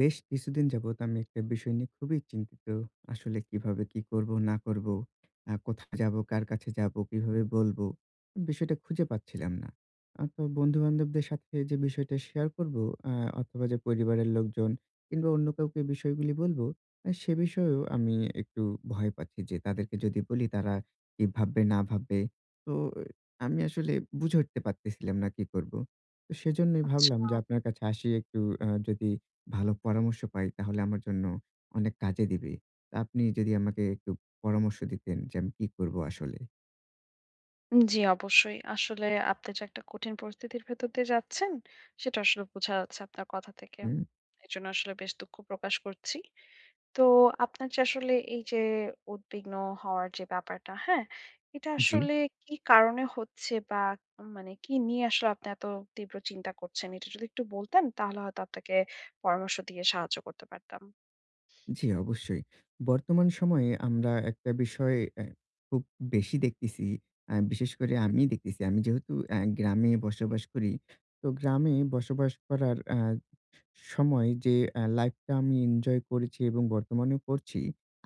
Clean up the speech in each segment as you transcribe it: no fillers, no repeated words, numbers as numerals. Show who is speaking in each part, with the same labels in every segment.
Speaker 1: বেশ কিছুদিন যাবৎ আমি একটা বিষয় নিয়ে খুবই চিন্তিত। আসলে কিভাবে কি করব না করব? কোথায় যাব? কার কাছে যাব? কিভাবে বলব? বিষয়টা খুঁজে পাচ্ছিলাম না। তো বন্ধু-বান্ধবদের সাথে যে বিষয়টা শেয়ার করব, আ অথবা যে পরিবারের লোকজন কিংবা অন্য কাউকে বিষয়গুলি বলব, সে বিষয়েও আমি একটু ভয় পাচ্ছি যে তাদেরকে যদি বলি তারা কি ভাববে না ভাববে? তো আমি আসলে বুঝে উঠতে পারতেছিলাম না কি করব? তো সেজন্যই
Speaker 2: আচ্ছা।
Speaker 1: ভাবলাম যে আপনার কাছে আসি একটু, যদি ভালো পরামর্শ পাই তাহলে আমার জন্য অনেক কাজে দিবে। তা আপনি যদি আমাকে একটু পরামর্শ দিতেন যে আমি কি করব আসলে?
Speaker 2: জি, অবশ্যই। আসলে আপনি যে একটা কঠিন পরিস্থিতির ভেতর দিয়ে যাচ্ছেন, সেটা আসলে বোঝা যাচ্ছে আপনার কথা থেকে।
Speaker 1: হুম?
Speaker 2: এজন্য আসলে বেশ দুঃখ প্রকাশ করছি। তো আপনার যে আসলে এই যে উদ্বিগ্ন হওয়ার যে ব্যাপারটা, হ্যাঁ? এটা
Speaker 1: জি।
Speaker 2: আসলে কি কারণে হচ্ছে বা মানে কি নিয়ে আসলে আপনি এত তীব্র চিন্তা করছেন? এটা যদি একটু বলতেন তাহলে হয়তো আপনাকে পরামর্শ দিয়ে সাহায্য করতে পারতাম।
Speaker 1: জি, অবশ্যই। বর্তমান সময়ে আমরা একটা বিষয় খুব বেশি দেখতেছি। বিশেষ করে আমি দেখতেছি। আমি যেহেতু গ্রামে বসবাস করি, তো গ্রামে বসবাস করার সময় যে লাইফটা আমি এনজয় করেছি এবং বর্তমানেও করছি।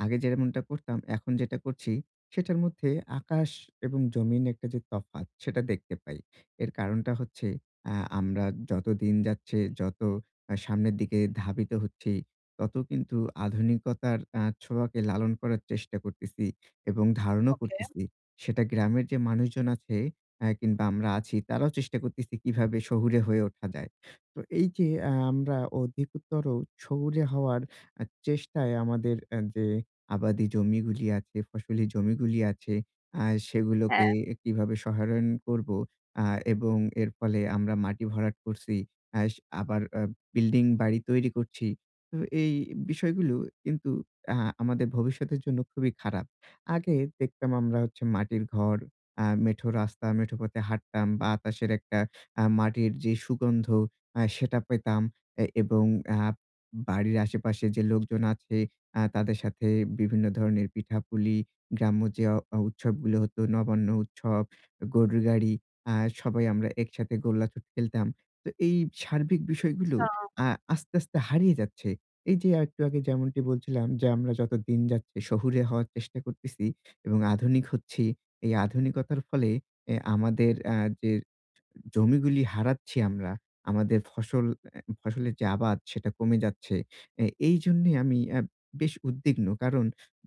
Speaker 1: আগে যেমনটা করতাম, এখন যেটা করছি সেটার মধ্যে আকাশ এবং জমিন একটা যে তফাৎ সেটা দেখতে পাই। এর কারণটা হচ্ছে, আমরা যত দিন যাচ্ছে, যত সামনের দিকে ধাবিত হচ্ছি, তত কিন্তু আধুনিকতার ছোঁয়াকে লালন করার চেষ্টা করতেছি এবং ধারণও
Speaker 2: ওকে।
Speaker 1: করতেছি। সেটা গ্রামের যে মানুষজন আছে কিংবা আমরা আছি তারাও চেষ্টা করতেছি কিভাবে শহুরে হয়ে ওঠা যায়। তো এই যে আমরা অধিকতর শহুরে হওয়ার চেষ্টায় আমাদের যে আবাদি জমিগুলি আছে, ফসলি জমিগুলি আছে, আ সেগুলোকে
Speaker 2: হ্যাঁ,
Speaker 1: কিভাবে সহায়ন করব, আ এবং এর ফলে আমরা মাটি ভরাট করছি। আস আবার বিল্ডিং বাড়ি তৈরি করছি। তো এই বিষয়গুলো কিন্তু আ আমাদের ভবিষ্যতের জন্য খুবই খারাপ। আগে দেখতাম আমরা হচ্ছে মাটির ঘর, মেঠো রাস্তা, মেঠো পথে হাঁটতাম। বাতাসের একটা মাটির যে সুগন্ধ সেটা পেতাম, এবং আ বাড়ির আশেপাশে যে লোকজন আছে তাদের সাথে বিভিন্ন ধরনের পিঠাপুলি, গ্রাম্য যে অ অ- উৎসবগুলো হতো, নবান্ন উৎসব, গরুর গাড়ি, আ সবাই আমরা একসাথে গোল্লাছুট খেলতাম। তো এই সার্বিক বিষয়গুলো
Speaker 2: আচ্ছা,
Speaker 1: আ আস্তে, আস্তে হারিয়ে যাচ্ছে। এই যে একটু আগে যেমনটি বলছিলাম যে আমরা যত দিন যাচ্ছে শহুরে হওয়ার চেষ্টা করতেছি এবং আধুনিক হচ্ছি। এই আধুনিকতার ফলে আমাদের যে জমিগুলি হারাচ্ছি আমরা। আমাদের ফসলের যে আবাদ সেটা কমে যাচ্ছে। এইজন্যে আমি বেশ উদ্বিগ্ন। কারণ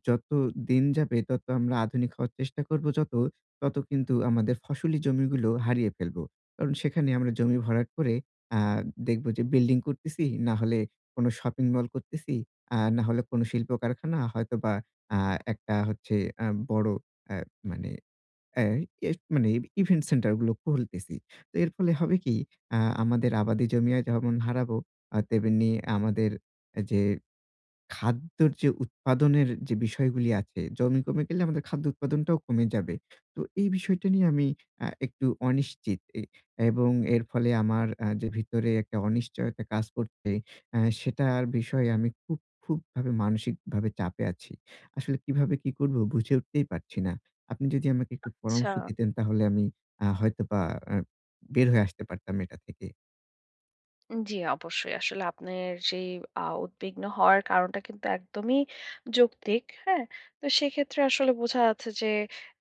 Speaker 1: যত দিন যাবে তত আমরা আধুনিক হওয়ার চেষ্টা করব যত, তত কিন্তু আমাদের ফসলি জমিগুলো হারিয়ে ফেলব। কারণ সেখানে আমরা জমি ভরাট করে আ দেখব যে বিল্ডিং করতেছি, না হলে কোনো শপিং মল করতেছি, না হলে কোনো শিল্প কারখানা হয়তোবা আ একটা হচ্ছে বড় অ্যা মানে হ্যাঁ, এ মানে ইভেন্ট সেন্টার গুলো খুলতেছি। তো এর ফলে হবে কি, আ আমাদের আবাদি জমি যেমন হারাবো তেমনি আমাদের যে খাদ্যর যে উৎপাদনের যে বিষয়গুলি আছে, জমি কমে গেলে আমাদের খাদ্য উৎপাদনটাও কমে যাবে। তো এই বিষয়টা নিয়ে আমি একটু অনিশ্চিত, এবং এর ফলে আমার যে ভিতরে একটা অনিশ্চয়তা কাজ করছে, সেটার বিষয়ে আমি খুব, খুবভাবে মানসিকভাবে চাপে আছি। আসলে কিভাবে কি করব বুঝে উঠতেই পারছি না। আপনি যদি আমাকে একটু
Speaker 2: আচ্ছা।
Speaker 1: পরামর্শ দিতেন তাহলে আমি হয়তোবা আ বের হয়ে আসতে পারতাম এটা থেকে।
Speaker 2: জি, অবশ্যই। আসলে আপনার যেই উদ্বিগ্ন হওয়ার কারণটা কিন্তু একদমই যৌক্তিক। হ্যাঁ? তো সেক্ষেত্রে আসলে বোঝা যাচ্ছে যে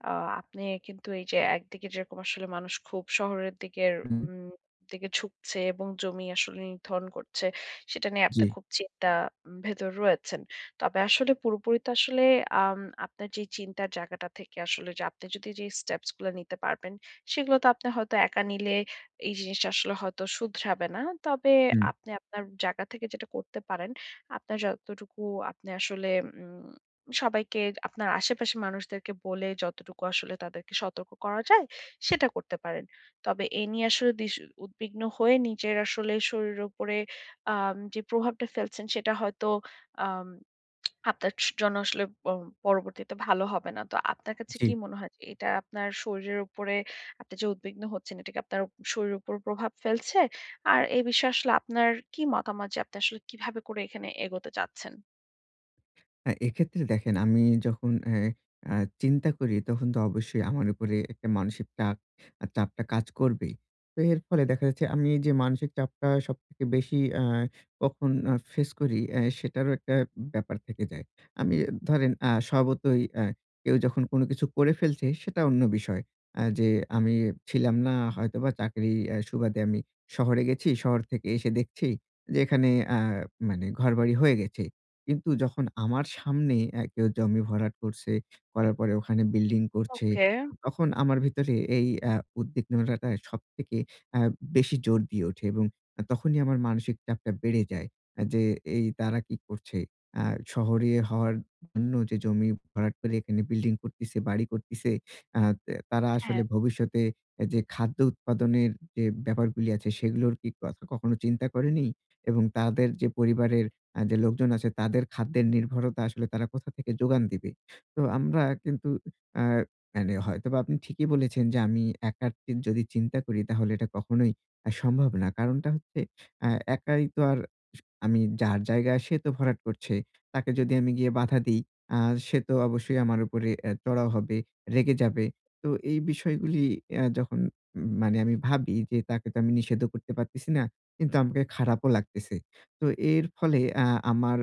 Speaker 2: আ আপনি কিন্তু এই যে একদিকে যেরকম আসলে মানুষ খুব শহরের দিকের
Speaker 1: হুম,
Speaker 2: উম দিকে ঝুঁকছে এবং জমি আসলে নির্ধারণ করছে, সেটা নিয়ে
Speaker 1: জি,
Speaker 2: আপনার খুব চিন্তা ভেতর রয়েছেন। তবে আসলে পুরোপুরি তো আসলে আম আপনার যে চিন্তার জায়গাটা থেকে আসলে যে আপনি যদি যে স্টেপস গুলা নিতে পারবেন, সেগুলো তো আপনি হয়তো একা নিলে এই জিনিসটা আসলে হয়তো শুধরাবে না। তবে
Speaker 1: হুম,
Speaker 2: আপনি আপনার জায়গা থেকে যেটা করতে পারেন, আপনার যতটুকু আপনি আসলে উম সবাইকে আপনার আশেপাশের মানুষদেরকে বলে যতটুকু আসলে তাদেরকে সতর্ক করা যায়, সেটা করতে পারেন। তবে এ নিয়ে আসলে উদ্বিগ্ন হয়ে নিজের আসলে শরীরের উপরে যে প্রভাবটা ফেলছেন সেটা হয়তো আম আপনার জন্য আসলে পরবর্তীতে ভালো হবে না। তো আপনার কাছে
Speaker 1: জি।
Speaker 2: কি মনে হয় যে এটা আপনার শরীরের উপরে আপনি যে উদ্বিগ্ন হচ্ছেন, এটা কি আপনার শরীরের উপর প্রভাব ফেলছে? আর এই বিষয়ে আসলে আপনার কি মতামত যে আপনি আসলে কিভাবে করে এখানে এগোতে চাচ্ছেন?
Speaker 1: হ্যাঁ, এক্ষেত্রে দেখেন আমি যখন অ্যা আ চিন্তা করি তখন তো অবশ্যই আমার উপরে একটা মানসিক চাপটা কাজ করবেই। তো এর ফলে দেখা যাচ্ছে আমি যে মানসিক চাপটা সবথেকে বেশি কখন ফেস করি সেটারও একটা ব্যাপার থেকে যায়। আমি ধরেন স্বভাবতই কেউ যখন কোনো কিছু করে ফেলছে সেটা অন্য বিষয়। যে আমি ছিলাম না হয়তোবা চাকরি সুবাদে আমি শহরে গেছি। শহর থেকে এসে দেখছি যে এখানে আ মানে ঘরবাড়ি হয়ে গেছে। কিন্তু যখন আমার সামনে কেউ জমি ভরাট করছে, করার পরে ওখানে বিল্ডিং করছে,
Speaker 2: ওকে,
Speaker 1: তখন আমার ভিতরে এই উদ্বিগ্নতাটা সবথেকে আ বেশি জোর দিয়ে ওঠে, এবং তখনই আমার মানসিক চাপটা বেড়ে যায়। যে এই তারা কি করছে? আ শহরে হওয়ার জন্য যে জমি ভরাট করে এখানে বিল্ডিং করতিছে, বাড়ি করতিছে, আ তে তারা আসলে
Speaker 2: হ্যাঁ
Speaker 1: ভবিষ্যতে যে খাদ্য উৎপাদনের যে ব্যাপারগুলি আছে, সেগুলোর কি কথা কখনো চিন্তা করেনি? এবং তাদের যে পরিবারের যে লোকজন আছে তাদের খাদ্যের নির্ভরতা আসলে তারা কোথা থেকে যোগান দিবে। তো আমরা কিন্তু আ মানে হয়তোবা আপনি ঠিকই বলেছেন যে আমি একার চি যদি চিন্তা করি তাহলে এটা কখনোই সম্ভব না। কারণটা হচ্ছে আ একাই তো আর আমি যার জায়গায় সে তো ভরাট করছে। তাকে যদি আমি গিয়ে বাধা দিই আ সে তো অবশ্যই আমার উপরে চড়াও হবে, রেগে যাবে। তো এই বিষয়গুলি যখন মানে আমি ভাবি যে তাকে তো আমি নিষেধও করতে পারতেছি না। কিন্তু আমাকে খারাপও লাগতেছে। তো এর ফলে আ আমার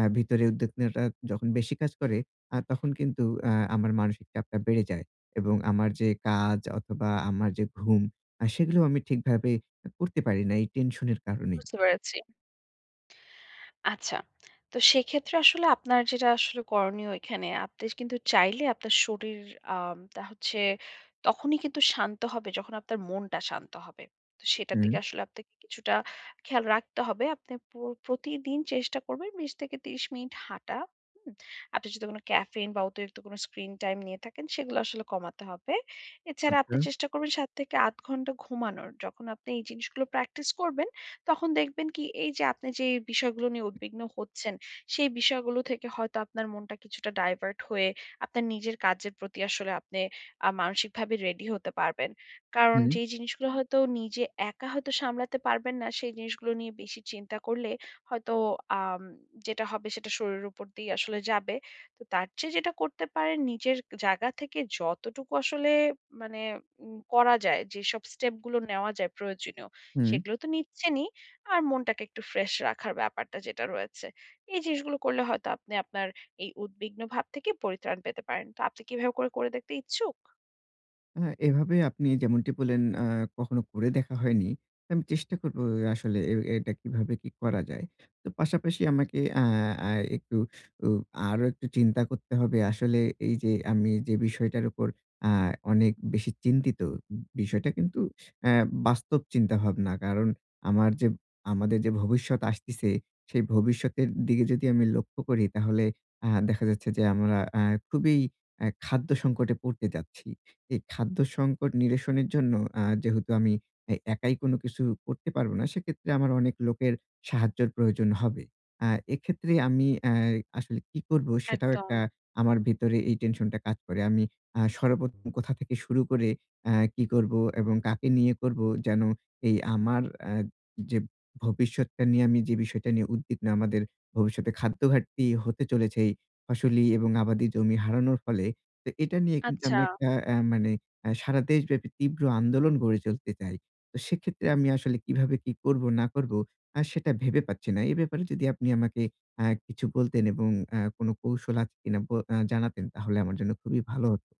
Speaker 1: ভিতরে উদ্বিগ্নতা যখন বেশি কাজ করে, তখন কিন্তু আমার মানসিক চাপটা বেড়ে যায়, এবং আমার যে কাজ অথবা আমার যে ঘুম, সেগুলো আমি ঠিকভাবে করতে পারি না এই টেনশনের কারণেই।
Speaker 2: বুঝতে পেরেছি। আচ্ছা। তো সেক্ষেত্রে আসলে আপনার যেটা আসলে করণীয় এখানে, আপনি কিন্তু চাইলে আপনার শরীর আমটা হচ্ছে তখনই কিন্তু শান্ত হবে যখন আপনার মনটা শান্ত হবে। তো সেটার
Speaker 1: হুম,
Speaker 2: দিকে আসলে আপনাকে কিছুটা খেয়াল রাখতে হবে। আপনি প্রতিদিন চেষ্টা করবেন ২০-৩০ মিনিট হাঁটা। হুম? আপনি যদি কোনো ক্যাফেইন বা অতিরিক্ত কোনো স্ক্রিন টাইম নিয়ে থাকেন সেগুলো আসলে কমাতে হবে। এছাড়া
Speaker 1: আচ্ছা।
Speaker 2: আপনি চেষ্টা করবেন ৭ থেকে ৮ ঘন্টা ঘুমানোর। যখন আপনি এই জিনিসগুলো প্র্যাকটিস করবেন তখন দেখবেন কি এই যে আপনি যে বিষয়গুলো নিয়ে উদ্বিগ্ন হচ্ছেন, সেই বিষয়গুলো থেকে হয়তো আপনার মনটা কিছুটা ডাইভার্ট হয়ে আপনার নিজের কাজের প্রতি আসলে আপনি মানসিকভাবে রেডি হতে পারবেন। কারণ
Speaker 1: হুম,
Speaker 2: যেই জিনিসগুলো হয়তো নিজে একা হয়তো সামলাতে পারবেন না, সেই জিনিসগুলো নিয়ে বেশি চিন্তা করলে হয়তো আম যেটা হবে সেটা শরীরের উপর দিয়ে আসলে যাবে। তো তার চেয়ে যেটা করতে পারেন নিজের জায়গা থেকে যতটুকু আসলে মানে করা যায়, যেসব স্টেপ গুলো নেওয়া যায় প্রয়োজনীয়,
Speaker 1: হুম।
Speaker 2: সেগুলো তো নিচ্ছেনই। আর মনটাকে একটু ফ্রেশ রাখার ব্যাপারটা যেটা রয়েছে। এই জিনিসগুলো করলে হয়তো আপনি আপনার এই উদ্বিগ্ন ভাব থেকে পরিত্রাণ পেতে পারেন। তো আপনি কি এভাবে করে, করে দেখতে ইচ্ছুক?
Speaker 1: আ এভাবে আপনি যেমনটি বললেন, কখনো করে দেখা হয়নি। আমি চেষ্টা করব আসলে এটা কিভাবে কি করা যায়। তো পাশাপাশি আমাকে আ আ একটু উ আরো একটু চিন্তা করতে হবে। আসলে এই যে আমি যে বিষয়টার উপর আ অনেক বেশি চিন্তিত, বিষয়টা কিন্তু অ্যা বাস্তব চিন্তাভাবনা। কারণ আমার যে আমাদের যে ভবিষ্যৎ আসতিছে, সেই ভবিষ্যতের দিকে যদি আমি লক্ষ্য করি তাহলে দেখা যাচ্ছে যে আমরা খুবই খাদ্য সংকটে পড়তে যাচ্ছি। এই খাদ্য সংকট নিরসনের জন্য, যেহেতু আমি একাই কোনো কিছু করতে পারব না, সেক্ষেত্রে আমার অনেক লোকের সাহায্যের প্রয়োজন হবে। আ এক্ষেত্রে আমি আসলে কি করব সেটাও
Speaker 2: একদম।
Speaker 1: একটা, আমার ভিতরে এই টেনশনটা কাজ করে। আমি সর্বপ্রথম কোথা থেকে শুরু করে কি করব এবং কাকে নিয়ে করব, যেন এই আমার আ যে ভবিষ্যৎটা নিয়ে, আমি যে বিষয়টা নিয়ে উদ্বিগ্ন, আমাদের ভবিষ্যতে খাদ্য ঘাটতি হতে চলেছে এই ফসলি এবং আবাদি জমি হারানোর ফলে, তো এটা নিয়ে কিন্তু
Speaker 2: আচ্ছা।
Speaker 1: আমি একটা মানে সারা দেশব্যাপী তীব্র আন্দোলন গড়ে তুলতে চাই। তো সেক্ষেত্রে আমি আসলে কিভাবে কি করব না করব, সেটা ভেবে পাচ্ছি না। এ ব্যাপারে যদি আপনি আমাকে কিছু বলতেন এবং কোন কৌশল আছে কিনা ব আ জানাতেন তাহলে আমার জন্য খুবই ভালো হতো।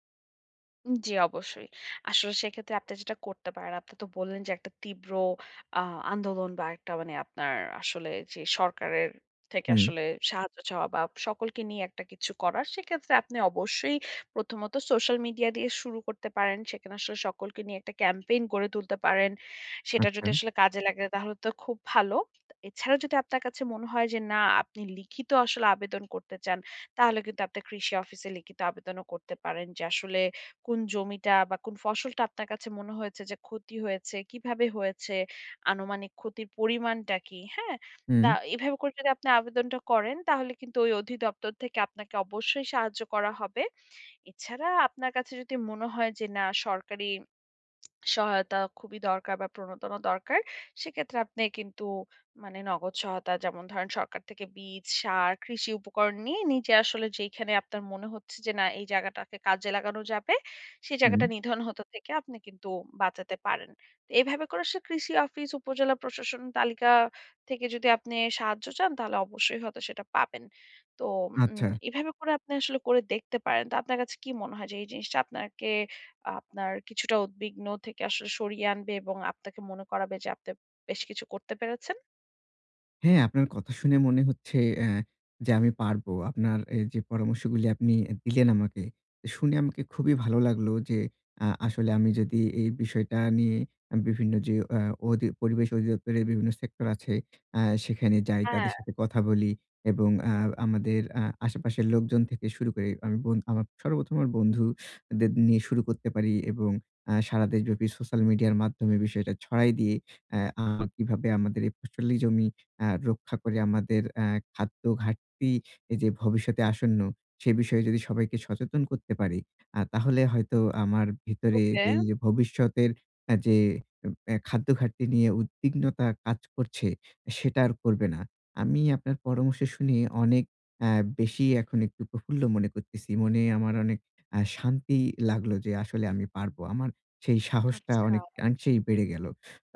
Speaker 2: জি, অবশ্যই। আসলে সেক্ষেত্রে আপনি যেটা করতে পারেন, আপনি তো বললেন যে একটা তীব্র আ আন্দোলন বা একটা মানে আপনার আসলে যে সরকারের থেকে
Speaker 1: হুম,
Speaker 2: আসলে সাহায্য চাওয়া বা সকলকে নিয়ে একটা কিছু করার। সেক্ষেত্রে আপনি অবশ্যই প্রথমত সোশ্যাল মিডিয়া দিয়ে শুরু করতে পারেন। সেখানে আসলে সকলকে নিয়ে একটা ক্যাম্পেইন গড়ে তুলতে পারেন। সেটা
Speaker 1: আচ্ছা।
Speaker 2: যদি আসলে কাজে লাগে তাহলে তো খুব ভালো। এছাড়া যদি আপনার কাছে মনে হয় যে না আপনি লিখিত আসলে আবেদন করতে চান, তাহলে কিন্তু আপনি কৃষি অফিসে লিখিত আবেদনও করতে পারেন যে আসলে কোন জমিটা বা কোন ফসলটা আপনার কাছে মনে হয়েছে যে ক্ষতি হয়েছে, কিভাবে হয়েছে, আনুমানিক ক্ষতির পরিমাণটা কি, হ্যাঁ?
Speaker 1: হুম,
Speaker 2: দা এভাবে করে যদি আপনি আবেদনটা করেন তাহলে কিন্তু ওই অধিদপ্তর থেকে আপনাকে অবশ্যই সাহায্য করা হবে। এছাড়া আপনার কাছে যদি মনে হয় যে না সরকারি সহায়তা খুবই দরকার বা প্রণোদনা দরকার। সেক্ষেত্রে আপনি কিন্তু মানে নগদ সহায়তা যেমন ধরেন সরকার থেকে বীজ, সার, কৃষি উপকরণ নিয়ে নিজে আসলে যেইখানে আপনার মনে হচ্ছে যে না এই জায়গাটাকে কাজে লাগানো যাবে, সেই
Speaker 1: হুম,
Speaker 2: জায়গাটা নিধন হতে থেকে আপনি কিন্তু বাঁচাতে পারেন। তো এভাবে করে কৃষি অফিস, উপজেলা প্রশাসন তালিকা থেকে যদি আপনি সাহায্য চান তাহলে অবশ্যই হয়তো সেটা পাবেন। তো
Speaker 1: আচ্ছা।
Speaker 2: এভাবে করে আপনি আসলে করে দেখতে পারেন। তো আপনার কাছে কি মনে হয় যে এই জিনিসটা আপনাকে আপনার কিছুটা উদ্বিগ্ন থেকে আসলে সরিয়ে আনবে এবং আপনাকে মনে করাবে যে আপনি বেশ কিছু করতে পেরেছেন?
Speaker 1: হ্যাঁ, আপনার কথা শুনে মনে হচ্ছে যে আমি পারবো। আপনার এই যে পরামর্শগুলি আপনি দিলেন আমাকে, শুনে আমাকে খুবই ভালো লাগলো যে, আসলে আমি যদি এই বিষয়টা নিয়ে বিভিন্ন যে আ অধি পরিবেশ অধিদপ্তরের বিভিন্ন সেক্টর আছে, সেখানে যাই,
Speaker 2: হ্যাঁ,
Speaker 1: তাদের সাথে কথা বলি, এবং আমাদের আশেপাশের লোকজন থেকে শুরু করে, আমি আমার সর্বপ্রথম আমার বন্ধুদের নিয়ে শুরু করতে পারি, এবং সারা দেশব্যাপী সোশ্যাল মিডিয়ার মাধ্যমে বিষয়টা ছড়াই দিয়ে অ্যা আ কিভাবে আমাদের এই ফসলি জমি রক্ষা করে, আমাদের খাদ্য ঘাটতি এই যে ভবিষ্যতে আসন্ন, সে বিষয়ে যদি সবাইকে সচেতন করতে পারি, তাহলে হয়তো আমার ভিতরে
Speaker 2: ওকে।
Speaker 1: যেই যে ভবিষ্যতের যে খাদ্য ঘাটতি নিয়ে উদ্বিগ্নতা কাজ করছে, সেটা আর করবে না। আমি আপনার পরামর্শ শুনে অনেক আ বেশি এখন একটু প্রফুল্ল মনে করতেছি। মনে আমার অনেক শান্তি লাগলো যে আসলে আমি পারবো। আমার সেই সাহসটা
Speaker 2: আচ্ছা।
Speaker 1: অনেক অনেকাংশেই বেড়ে গেল।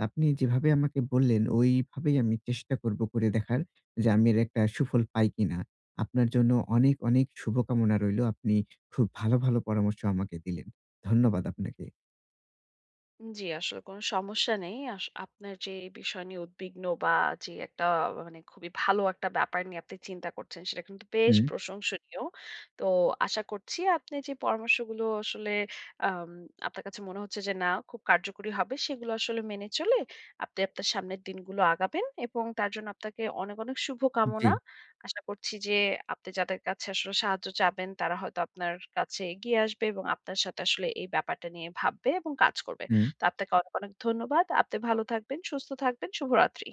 Speaker 1: আপনি যেভাবে আমাকে বললেন, ওইভাবেই আমি চেষ্টা করব করে দেখার যে আমি এর একটা সুফল পাই কিনা। আপনার জন্য অনেক, অনেক শুভকামনা রইল। আপনি খুব ভালো, ভালো পরামর্শ আমাকে দিলেন। ধন্যবাদ আপনাকে।
Speaker 2: জি, আসলে কোনো সমস্যা নেই। আপনার যে এই বিষয় নিয়ে উদ্বিগ্ন বা যে একটা মানে খুবই ভালো একটা ব্যাপার নিয়ে আপনি চিন্তা করছেন সেটা কিন্তু বেশ
Speaker 1: হুম,
Speaker 2: প্রশংসনীয়। তো আশা করছি আপনি যে পরামর্শগুলো আসলে আম আপনার কাছে মনে হচ্ছে যে না খুব কার্যকরী হবে সেগুলো আসলে মেনে চলে আপনি আপনার সামনের দিনগুলো আগাবেন এবং তার জন্য আপনাকে অনেক, অনেক
Speaker 1: জি,
Speaker 2: শুভকামনা। আশা করছি যে আপনি যাদের কাছে আসলে সাহায্য চাবেন তারা হয়তো আপনার কাছে এগিয়ে আসবে এবং আপনার সাথে আসলে এই ব্যাপারটা নিয়ে ভাববে এবং কাজ করবে।
Speaker 1: হুম।
Speaker 2: তো আপনাকে অনেক, অনেক ধন্যবাদ। আপনি ভালো থাকবেন, সুস্থ থাকবেন। শুভরাত্রি।